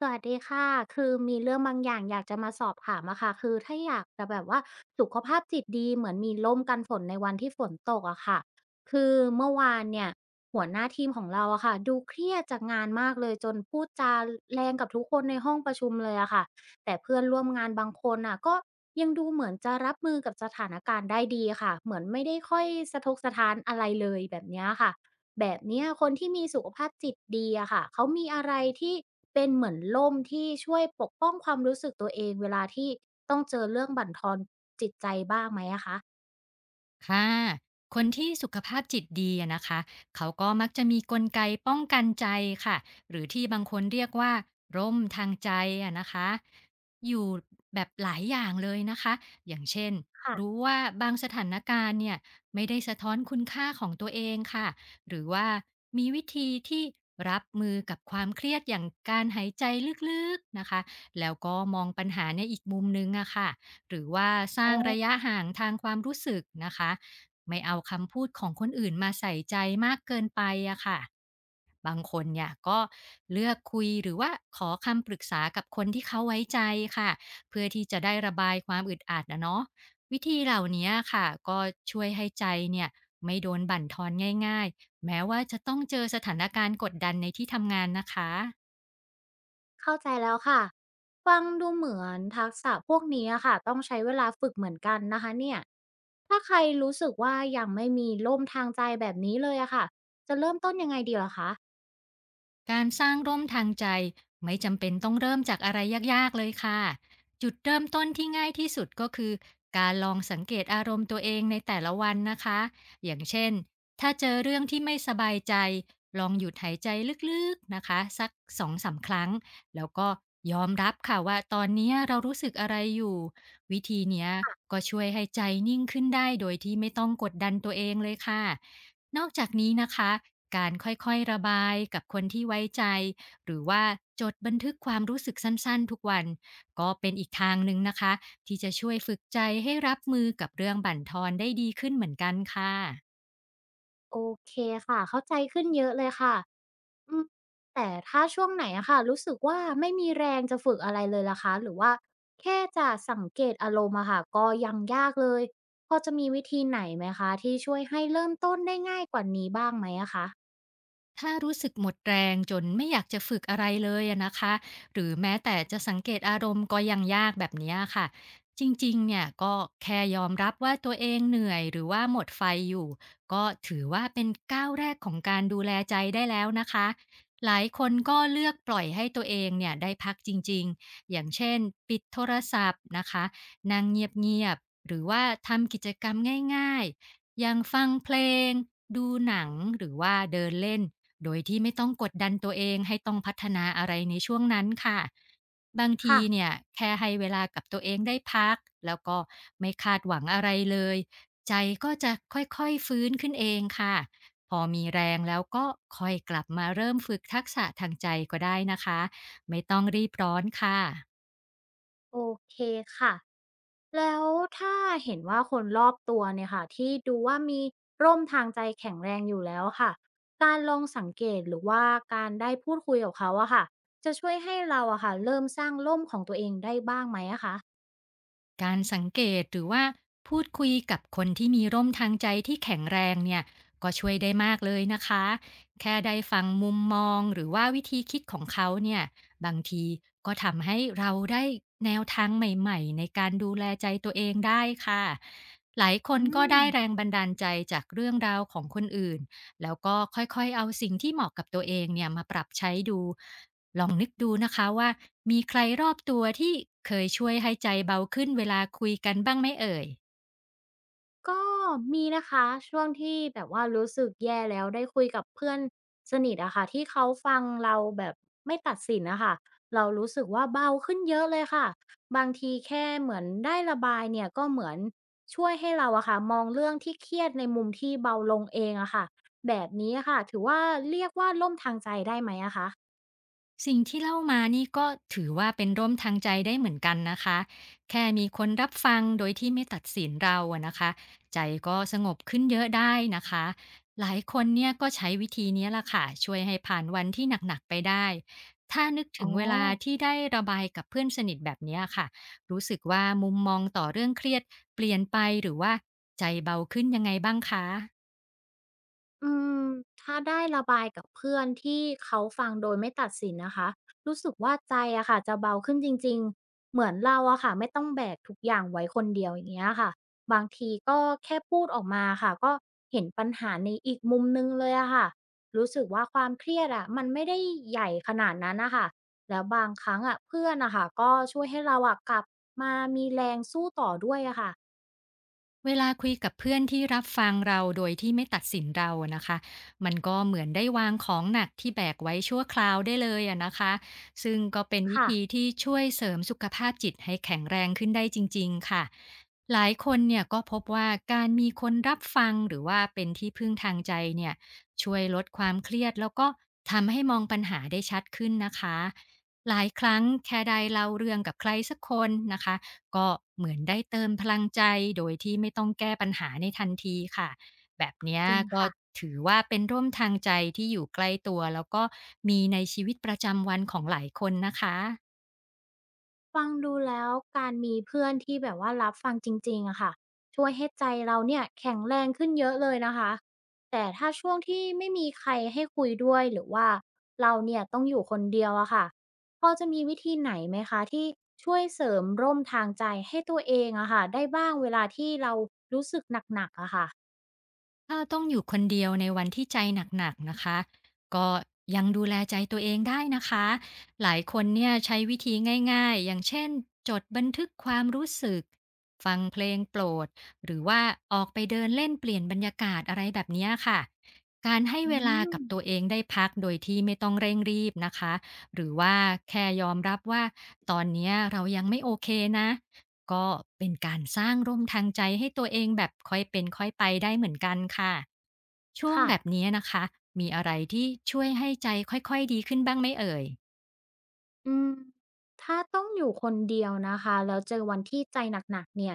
สวัสดีค่ะ คือมีเรื่องบางอย่างอยากจะมาสอบถามอะค่ะคือถ้าอยากจะแบบว่าสุขภาพจิตดีเหมือนมีร่มกันฝนในวันที่ฝนตกอะค่ะคือเมื่อวานเนี่ยหัวหน้าทีมของเราอะค่ะดูเครียดจากงานมากเลยจนพูดจาแรงกับทุกคนในห้องประชุมเลยอะค่ะแต่เพื่อนร่วมงานบางคนน่ะก็ยังดูเหมือนจะรับมือกับสถานการณ์ได้ดีค่ะเหมือนไม่ได้ค่อยสะทกสะท้านอะไรเลยแบบเนี้ยค่ะ แบบเนี้ยคนที่มีสุขภาพจิตดีอะค่ะเขามีอะไรที่เป็นเหมือนร่มที่ช่วยปกป้องความรู้สึกตัวเองเวลาที่ต้องเจอเรื่องบั่นทอนจิตใจบ้างไหมอะคะค่ะ คนที่สุขภาพจิตดีอะนะคะเขาก็มักจะมีกลไกป้องกันใจค่ะหรือที่บางคนเรียกว่าร่มทางใจอะนะคะอยู่แบบหลายอย่างเลยนะคะอย่างเช่นรู้ค่ะว่าบางสถานการณ์เนี่ยไม่ได้สะท้อนคุณค่าของตัวเองค่ะหรือว่ามีวิธีที่รับมือกับความเครียดอย่างการหายใจลึกๆนะคะแล้วก็มองปัญหาในอีกมุมนึงอะค่ะ หรือว่าสร้างระยะห่างทางความรู้สึกนะคะไม่เอาคำพูดของคนอื่นมาใส่ใจมากเกินไปอะค่ะบางคนเนี่ยก็เลือกคุยหรือว่าขอคำปรึกษากับคนที่เขาไว้ใจค่ะเพื่อที่จะได้ระบายความอึดอัดนะเนาะวิธีเหล่านี้ค่ะก็ช่วยให้ใจเนี่ยไม่โดนบั่นทอนง่ายๆแม้ว่าจะต้องเจอสถานการณ์กดดันในที่ทำงานนะคะ เข้าใจแล้วค่ะฟังดูเหมือนทักษะพวกนี้อะค่ะต้องใช้เวลาฝึกเหมือนกันนะคะเนี่ยถ้าใครรู้สึกว่ายังไม่มีร่มทางใจแบบนี้เลยอะค่ะจะเริ่มต้นยังไงดีเหรอคะ การสร้างร่มทางใจไม่จำเป็นต้องเริ่มจากอะไรยากๆเลยค่ะจุดเริ่มต้นที่ง่ายที่สุดก็คือการลองสังเกตอารมณ์ตัวเองในแต่ละวันนะคะอย่างเช่นถ้าเจอเรื่องที่ไม่สบายใจลองหยุดหายใจลึกๆนะคะสักสองสามครั้งแล้วก็ยอมรับค่ะว่าตอนนี้เรารู้สึกอะไรอยู่วิธีเนี้ยก็ช่วยให้ใจนิ่งขึ้นได้โดยที่ไม่ต้องกดดันตัวเองเลยค่ะ นอกจากนี้นะคะ การค่อยๆ ระบายกับคนที่ไว้ใจ หรือว่าจดบันทึกความรู้สึกสั้นๆ ทุกวันก็เป็นอีกทางหนึ่งนะคะที่จะช่วยฝึกใจให้รับมือกับเรื่องบั่นทอนได้ดีขึ้นเหมือนกันค่ะ โอเคค่ะเข้าใจขึ้นเยอะเลยค่ะอืมแต่ถ้าช่วงไหนอะค่ะรู้สึกว่าไม่มีแรงจะฝึกอะไรเลยล่ะคะหรือว่าแค่จะสังเกตอารมณ์อะค่ะก็ยังยากเลยพอจะมีวิธีไหนไหมคะที่ช่วยให้เริ่มต้นได้ง่ายกว่านี้บ้างไหมอะคะถ้ารู้สึกหมดแรงจนไม่อยากจะฝึกอะไรเลยอะนะคะหรือแม้แต่จะสังเกตอารมณ์ก็ยังยากแบบเนี้ยค่ะจริงๆเนี่ยก็แค่ยอมรับว่าตัวเองเหนื่อยหรือว่าหมดไฟอยู่ก็ถือว่าเป็นก้าวแรกของการดูแลใจได้แล้วนะคะหลายคนก็เลือกปล่อยให้ตัวเองเนี่ยได้พักจริงๆอย่างเช่นปิดโทรศัพท์นะคะนั่งเงียบๆหรือว่าทำกิจกรรมง่ายๆอย่างฟังเพลงดูหนังหรือว่าเดินเล่น โดยที่ไม่ต้องกดดันตัวเองให้ต้องพัฒนาอะไรในช่วงนั้นค่ะบางทีค่ะเนี่ยแค่ให้เวลากับตัวเองได้พักแล้วก็ไม่คาดหวังอะไรเลยใจก็จะค่อยๆฟื้นขึ้นเองค่ะพอมีแรงแล้วก็ค่อยกลับมาเริ่มฝึกทักษะทางใจก็ได้นะคะไม่ต้องรีบร้อนค่ะ โอเคค่ะ แล้วถ้าเห็นว่าคนรอบตัวเนี่ยค่ะที่ดูว่ามีร่มทางใจแข็งแรงอยู่แล้วค่ะการลองสังเกตหรือว่าการได้พูดคุยกับเขาอะค่ะจะช่วยให้เราอะค่ะเริ่มสร้างร่มของตัวเองได้บ้างไหมอะคะการสังเกตหรือว่าพูดคุยกับคนที่มีร่มทางใจที่แข็งแรงเนี่ยก็ช่วยได้มากเลยนะคะแค่ได้ฟังมุมมองหรือว่าวิธีคิดของเขาเนี่ยบางทีก็ทำให้เราได้แนวทางใหม่ๆในการดูแลใจตัวเองได้ค่ะหลายคนอืก็ม ได้แรงบันดาลใจจากเรื่องราวของคนอื่นแล้วก็ค่อยๆเอาสิ่งที่เหมาะกับตัวเองเนี่ยมาปรับใช้ดู ลองนึกดูนะคะว่ามีใครรอบตัวที่เคยช่วยให้ใจเบาขึ้นเวลาคุยกันบ้างไหมเอ่ย ก็มีนะคะช่วงที่แบบว่ารู้สึกแย่แล้วได้คุยกับเพื่อนสนิทอะค่ะที่เขาฟังเราแบบไม่ตัดสินนะค่ะเรารู้สึกว่าเบาขึ้นเยอะเลยค่ะบางทีแค่เหมือนได้ระบายเนี่ยก็เหมือนช่วยให้เราอะค่ะมองเรื่องที่เครียดในมุมที่เบาลงเองอะค่ะแบบนี้อะค่ะถือว่าเรียกว่าล่มทางใจได้ไหมอะคะสิ่งที่เล่ามานี่ก็ถือว่าเป็นร่มทางใจได้เหมือนกันนะคะ แค่มีคนรับฟังโดยที่ไม่ตัดสินเราอะนะคะ ใจก็สงบขึ้นเยอะได้นะคะ หลายคนเนี่ยก็ใช้วิธีเนี้ยล่ะค่ะช่วยให้ผ่านวันที่หนักๆไปได้ถ้านึกถึอ๋อ งเวลาที่ได้ระบายกับเพื่อนสนิทแบบเนี้ยค่ะรู้สึกว่ามุมมองต่อเรื่องเครียดเปลี่ยนไปหรือว่าใจเบาขึ้นยังไงบ้างคะ อืมถ้าได้ระบายกับเพื่อนที่เขาฟังโดยไม่ตัดสินนะคะรู้สึกว่าใจอะค่ะจะเบาขึ้นจริงๆเหมือนเราอะค่ะไม่ต้องแบกทุกอย่างไว้คนเดียวอย่างเงี้ยค่ะบางทีก็แค่พูดออกมาค่ะก็เห็นปัญหาในอีกมุมนึงเลยอะค่ะรู้สึกว่าความเครียดอะมันไม่ได้ใหญ่ขนาดนั้นนะคะแล้วบางครั้งอะเพื่อนอะค่ะก็ช่วยให้เราอะกลับมามีแรงสู้ต่อด้วยอะค่ะเวลาคุยกับเพื่อนที่รับฟังเราโดยที่ไม่ตัดสินเราอะนะคะ มันก็เหมือนได้วางของหนักที่แบกไว้ชั่วคราวได้เลยอะนะคะ ซึ่งก็เป็นวิค่ะธีที่ช่วยเสริมสุขภาพจิตให้แข็งแรงขึ้นได้จริงๆค่ะ หลายคนเนี่ยก็พบว่าการมีคนรับฟังหรือว่าเป็นที่พึ่งทางใจเนี่ยช่วยลดความเครียดแล้วก็ทำให้มองปัญหาได้ชัดขึ้นนะคะ หลายครั้งแค่ได้เล่าเรื่องกับใครสักคนนะคะ ก็เหมือนได้เติมพลังใจโดยที่ไม่ต้องแก้ปัญหาในทันทีค่ะแบบเนี้ยจริงก็ค่ะ ถือว่าเป็นร่มทางใจที่อยู่ใกล้ตัวแล้วก็มีในชีวิตประจำวันของหลายคนนะคะ ฟังดูแล้วการมีเพื่อนที่แบบว่ารับฟังจริงๆอะค่ะช่วยให้ใจเราเนี่ยแข็งแรงขึ้นเยอะเลยนะคะแต่ถ้าช่วงที่ไม่มีใครให้คุยด้วยหรือว่าเราเนี่ยต้องอยู่คนเดียวอะค่ะพอจะมีวิธีไหนไหมคะที่ช่วยเสริมร่มทางใจให้ตัวเองอะค่ะได้บ้างเวลาที่เรารู้สึกหนักๆอะค่ะถ้าต้องอยู่คนเดียวในวันที่ใจหนักๆนะคะก็ยังดูแลใจตัวเองได้นะคะหลายคนเนี่ยใช้วิธีง่ายๆอย่างเช่นจดบันทึกความรู้สึกฟังเพลงโปรดหรือว่าออกไปเดินเล่นเปลี่ยนบรรยากาศอะไรแบบเนี้ยค่ะการให้อืเวลากับตัวมเองได้พักโดยที่ไม่ต้องเร่งรีบนะคะหรือว่าแค่ยอมรับว่าตอนเนี้ยเรายังไม่โอเคนะ ก็เป็นการสร้างร่มทางใจให้ตัวเองแบบค่อยเป็นค่อยไปได้เหมือนกันค่ะช่วงค่ะ แบบนี้นะคะมีอะไรที่ช่วยให้ใจค่อยๆดีขึ้นบ้างไหมเอ่ย อืมถ้าต้องอยู่คนเดียวนะคะแล้วเจอวันที่ใจหนักๆเนี่ย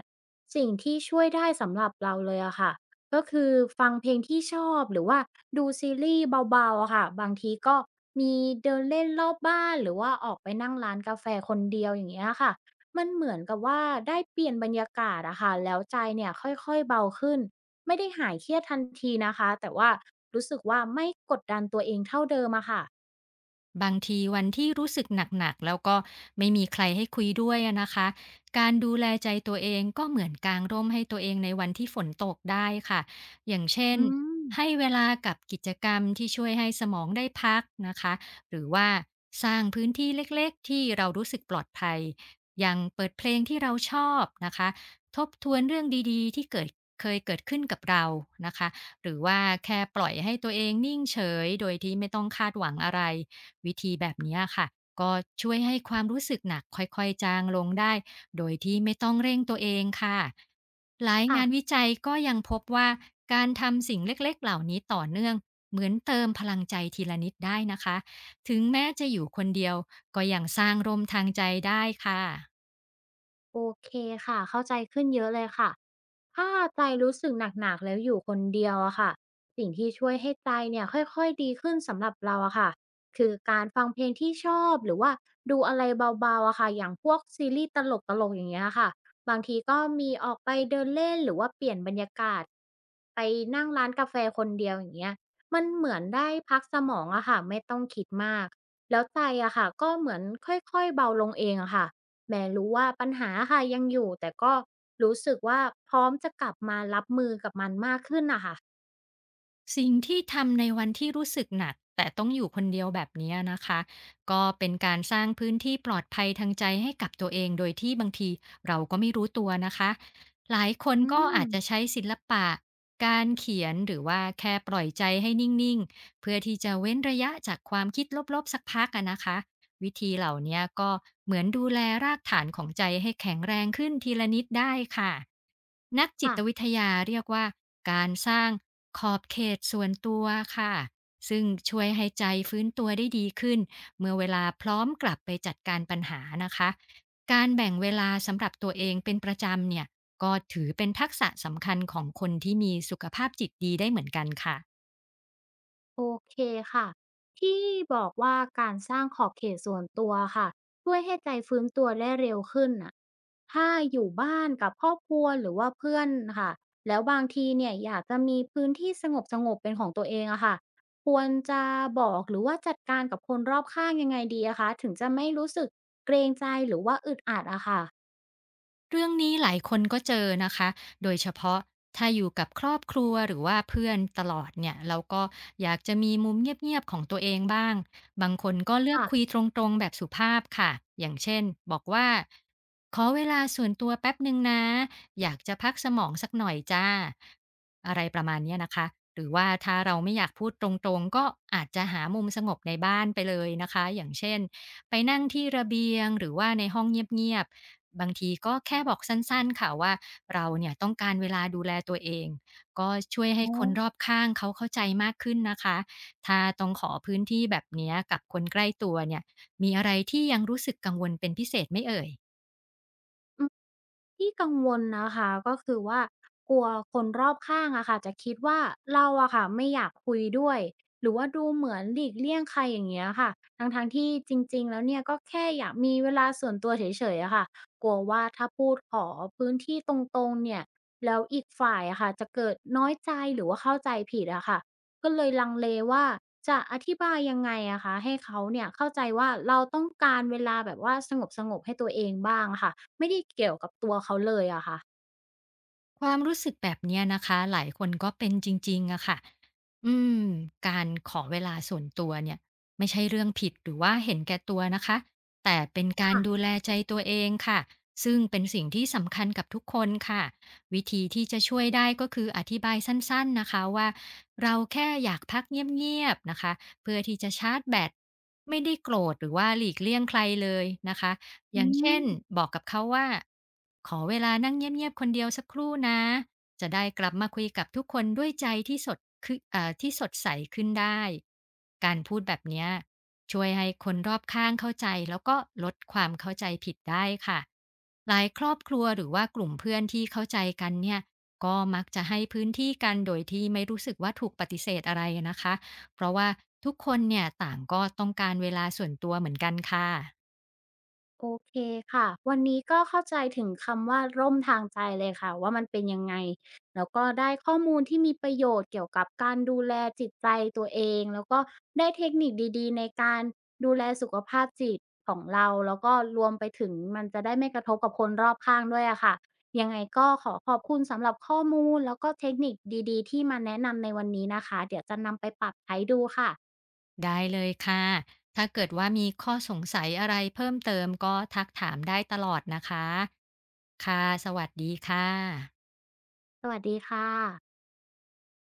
สิ่งที่ช่วยได้สำหรับเราเลยอะค่ะก็คือฟังเพลงที่ชอบหรือว่าดูซีรีส์เบาๆอะค่ะบางทีก็มีเดินเล่นรอบบ้านหรือว่าออกไปนั่งร้านกาแฟคนเดียวอย่างเงี้ยค่ะมันเหมือนกับว่าได้เปลี่ยนบรรยากาศอะค่ะแล้วใจเนี่ยค่อยๆเบาขึ้นไม่ได้หายเครียดทันทีนะคะแต่ว่ารู้สึกว่าไม่กดดันตัวเองเท่าเดิมอะค่ะบางทีวันที่รู้สึกหนักๆแล้วก็ไม่มีใครให้คุยด้วยอะนะคะการดูแลใจตัวเองก็เหมือนกางร่มให้ตัวเองในวันที่ฝนตกได้ค่ะอย่างเช่นอืมให้เวลากับกิจกรรมที่ช่วยให้สมองได้พักนะคะหรือว่าสร้างพื้นที่เล็กๆที่เรารู้สึกปลอดภัยอย่างเปิดเพลงที่เราชอบนะคะทบทวนเรื่องดีๆที่เคยเกิดขึ้นกับเรานะคะหรือว่าแค่ปล่อยให้ตัวเองนิ่งเฉยโดยที่ไม่ต้องคาดหวังอะไร วิธีแบบเนี้ยค่ะก็ช่วยให้ความรู้สึกหนักค่อยๆจางลงได้โดยที่ไม่ต้องเร่งตัวเองค่ะหลายค่ะ งานวิจัยก็ยังพบว่าการทำสิ่งเล็กๆเหล่านี้ต่อเนื่องเหมือนเติมพลังใจทีละนิดได้นะคะถึงแม้จะอยู่คนเดียวก็ยังสร้างร่มทางใจได้ค่ะ โอเคค่ะเข้าใจขึ้นเยอะเลยค่ะถ้าใจรู้สึกหนักๆแล้วอยู่คนเดียวอะค่ะสิ่งที่ช่วยให้ใจเนี่ยค่อยๆดีขึ้นสำหรับเราอะค่ะคือการฟังเพลงที่ชอบหรือว่าดูอะไรเบาๆอะค่ะอย่างพวกซีรีส์ตลกๆอย่างเงี้ยค่ะบางทีก็มีออกไปเดินเล่นหรือว่าเปลี่ยนบรรยากาศไปนั่งร้านกาแฟคนเดียวอย่างเงี้ยมันเหมือนได้พักสมองอะค่ะไม่ต้องคิดมากแล้วใจอะค่ะก็เหมือนค่อยๆเบาลงเองอะค่ะ แม้รู้ว่าปัญหาค่ะยังอยู่แต่ก็รู้สึกว่าพร้อมจะกลับมารับมือกับมันมากขึ้นน่ะค่ะสิ่งที่ทำในวันที่รู้สึกหนักแต่ต้องอยู่คนเดียวแบบเนี้ยนะคะก็เป็นการสร้างพื้นที่ปลอดภัยทางใจให้กับตัวเองโดยที่บางทีเราก็ไม่รู้ตัวนะคะหลายคนอืก็มอาจจะใช้ศิลปะการเขียนหรือว่าแค่ปล่อยใจให้นิ่งๆเพื่อที่จะเว้นระยะจากความคิดลบๆสักพักอะนะคะ วิธีเหล่าเนี้ยก็เหมือนดูแลรากฐานของใจให้แข็งแรงขึ้นทีละนิดได้ค่ะนักจิค่ะ ตวิทยาเรียกว่าการสร้างขอบเขตส่วนตัวค่ะซึ่งช่วยให้ใจฟื้นตัวได้ดีขึ้นเมื่อเวลาพร้อมกลับไปจัดการปัญหานะคะการแบ่งเวลาสำหรับตัวเองเป็นประจำเนี่ยก็ถือเป็นทักษะสำคัญของคนที่มีสุขภาพจิตดีได้เหมือนกันค่ะ โอเคค่ะที่บอกว่าการสร้างขอบเขตส่วนตัวค่ะช่วยให้ใจฟื้นตัวได้เร็วขึ้นน่ะถ้าอยู่บ้านกับครอบครัวหรือว่าเพื่อนค่ะแล้วบางทีเนี่ยอยากจะมีพื้นที่สงบสงบเป็นของตัวเองอะค่ะควรจะบอกหรือว่าจัดการกับคนรอบข้างยังไงดีอะคะถึงจะไม่รู้สึกเกรงใจหรือว่าอึดอัดอะค่ะเรื่องนี้หลายคนก็เจอนะคะ โดยเฉพาะถ้าอยู่กับครอบครัวหรือว่าเพื่อนตลอดเนี่ยเราก็อยากจะมีมุมเงียบๆของตัวเองบ้าง บางคนก็เลือกคุยค่ะตรงๆแบบสุภาพค่ะ อย่างเช่นบอกว่าขอเวลาส่วนตัวแป๊บหนึ่งนะอยากจะพักสมองสักหน่อยจ้ะอะไรประมาณเนี้ยนะคะ หรือว่าถ้าเราไม่อยากพูดตรงๆก็อาจจะหามุมสงบในบ้านไปเลยนะคะอย่างเช่นไปนั่งที่ระเบียงหรือว่าในห้องเงียบๆ บางทีก็แค่บอกสั้นๆค่ะว่าเราเนี่ยต้องการเวลาดูแลตัวเองก็ช่วยให้อ๋อ คนรอบข้างเขาเข้าใจมากขึ้นนะคะถ้าต้องขอพื้นที่แบบเนี้ยกับคนใกล้ตัวเนี่ยมีอะไรที่ยังรู้สึกกังวลเป็นพิเศษไหมเอ่ย ที่กังวลนะคะก็คือว่ากลัวคนรอบข้างอะค่ะจะคิดว่าเราอะค่ะไม่อยากคุยด้วยหรือว่าดูเหมือนหลีกเลี่ยงใครอย่างเงี้ยค่ะทั้งๆทที่จริงๆแล้วเนี่ยก็แค่อยากมีเวลาส่วนตัวเฉยๆอะค่ะกลัวว่าถ้าพูดขอพื้นที่ตรงๆเนี่ยแล้วอีกฝ่ายอะค่ะจะเกิดน้อยใจหรือว่าเข้าใจผิดอะค่ะ ก็เลยลังเลว่าจะอธิบายยังไงอะคะให้เขาเนี่ยเข้าใจว่าเราต้องการเวลาแบบว่าสงบๆให้ตัวเองบ้างอะค่ะไม่ได้เกี่ยวกับตัวเขาเลยอะค่ะความรู้สึกแบบเนี้ยนะคะหลายคนก็เป็นจริงๆอะค่ะอืมการขอเวลาส่วนตัวเนี่ยไม่ใช่เรื่องผิดหรือว่าเห็นแก่ตัวนะคะแต่เป็นการค่ะดูแลใจตัวเองค่ะซึ่งเป็นสิ่งที่สำคัญกับทุกคนค่ะวิธีที่จะช่วยได้ก็คืออธิบายสั้นๆนะคะว่าเราแค่อยากพักเงียบๆนะคะเพื่อที่จะชาร์จแบตไม่ได้โกรธหรือว่าหลีกเลี่ยงใครเลยนะคะ ออืย่างเช่นม บอกกับเขาว่าขอเวลานั่งเงียบๆคนเดียวสักครู่นะจะได้กลับมาคุยกับทุกคนด้วยใจที่สดคึเอ่อที่สดใสขึ้นได้การพูดแบบเนี้ยช่วยให้คนรอบข้างเข้าใจแล้วก็ลดความเข้าใจผิดได้ค่ะหลายครอบครัวหรือว่ากลุ่มเพื่อนที่เข้าใจกันเนี่ยก็มักจะให้พื้นที่กันโดยที่ไม่รู้สึกว่าถูกปฏิเสธอะไรนะคะเพราะว่าทุกคนเนี่ยต่างก็ต้องการเวลาส่วนตัวเหมือนกันค่ะ โอเคค่ะวันนี้ก็เข้าใจถึงคำว่าร่มทางใจเลยค่ะว่ามันเป็นยังไงแล้วก็ได้ข้อมูลที่มีประโยชน์เกี่ยวกับการดูแลจิตใจตัวเองแล้วก็ได้เทคนิคดีๆในการดูแลสุขภาพจิตของเราแล้วก็รวมไปถึงมันจะได้ไม่กระทบกับคนรอบข้างด้วยอะค่ะยังไงก็ขอขอบคุณสำหรับข้อมูลแล้วก็เทคนิคดีๆที่มาแนะนำในวันนี้นะคะเดี๋ยวจะนำไปปรับใช้ดูค่ะได้เลยค่ะ ถ้าเกิดว่ามีข้อสงสัยอะไรเพิ่มเติมก็ทักถามได้ตลอดนะคะ ค่ะ สวัสดีค่ะสวัสดีค่ะ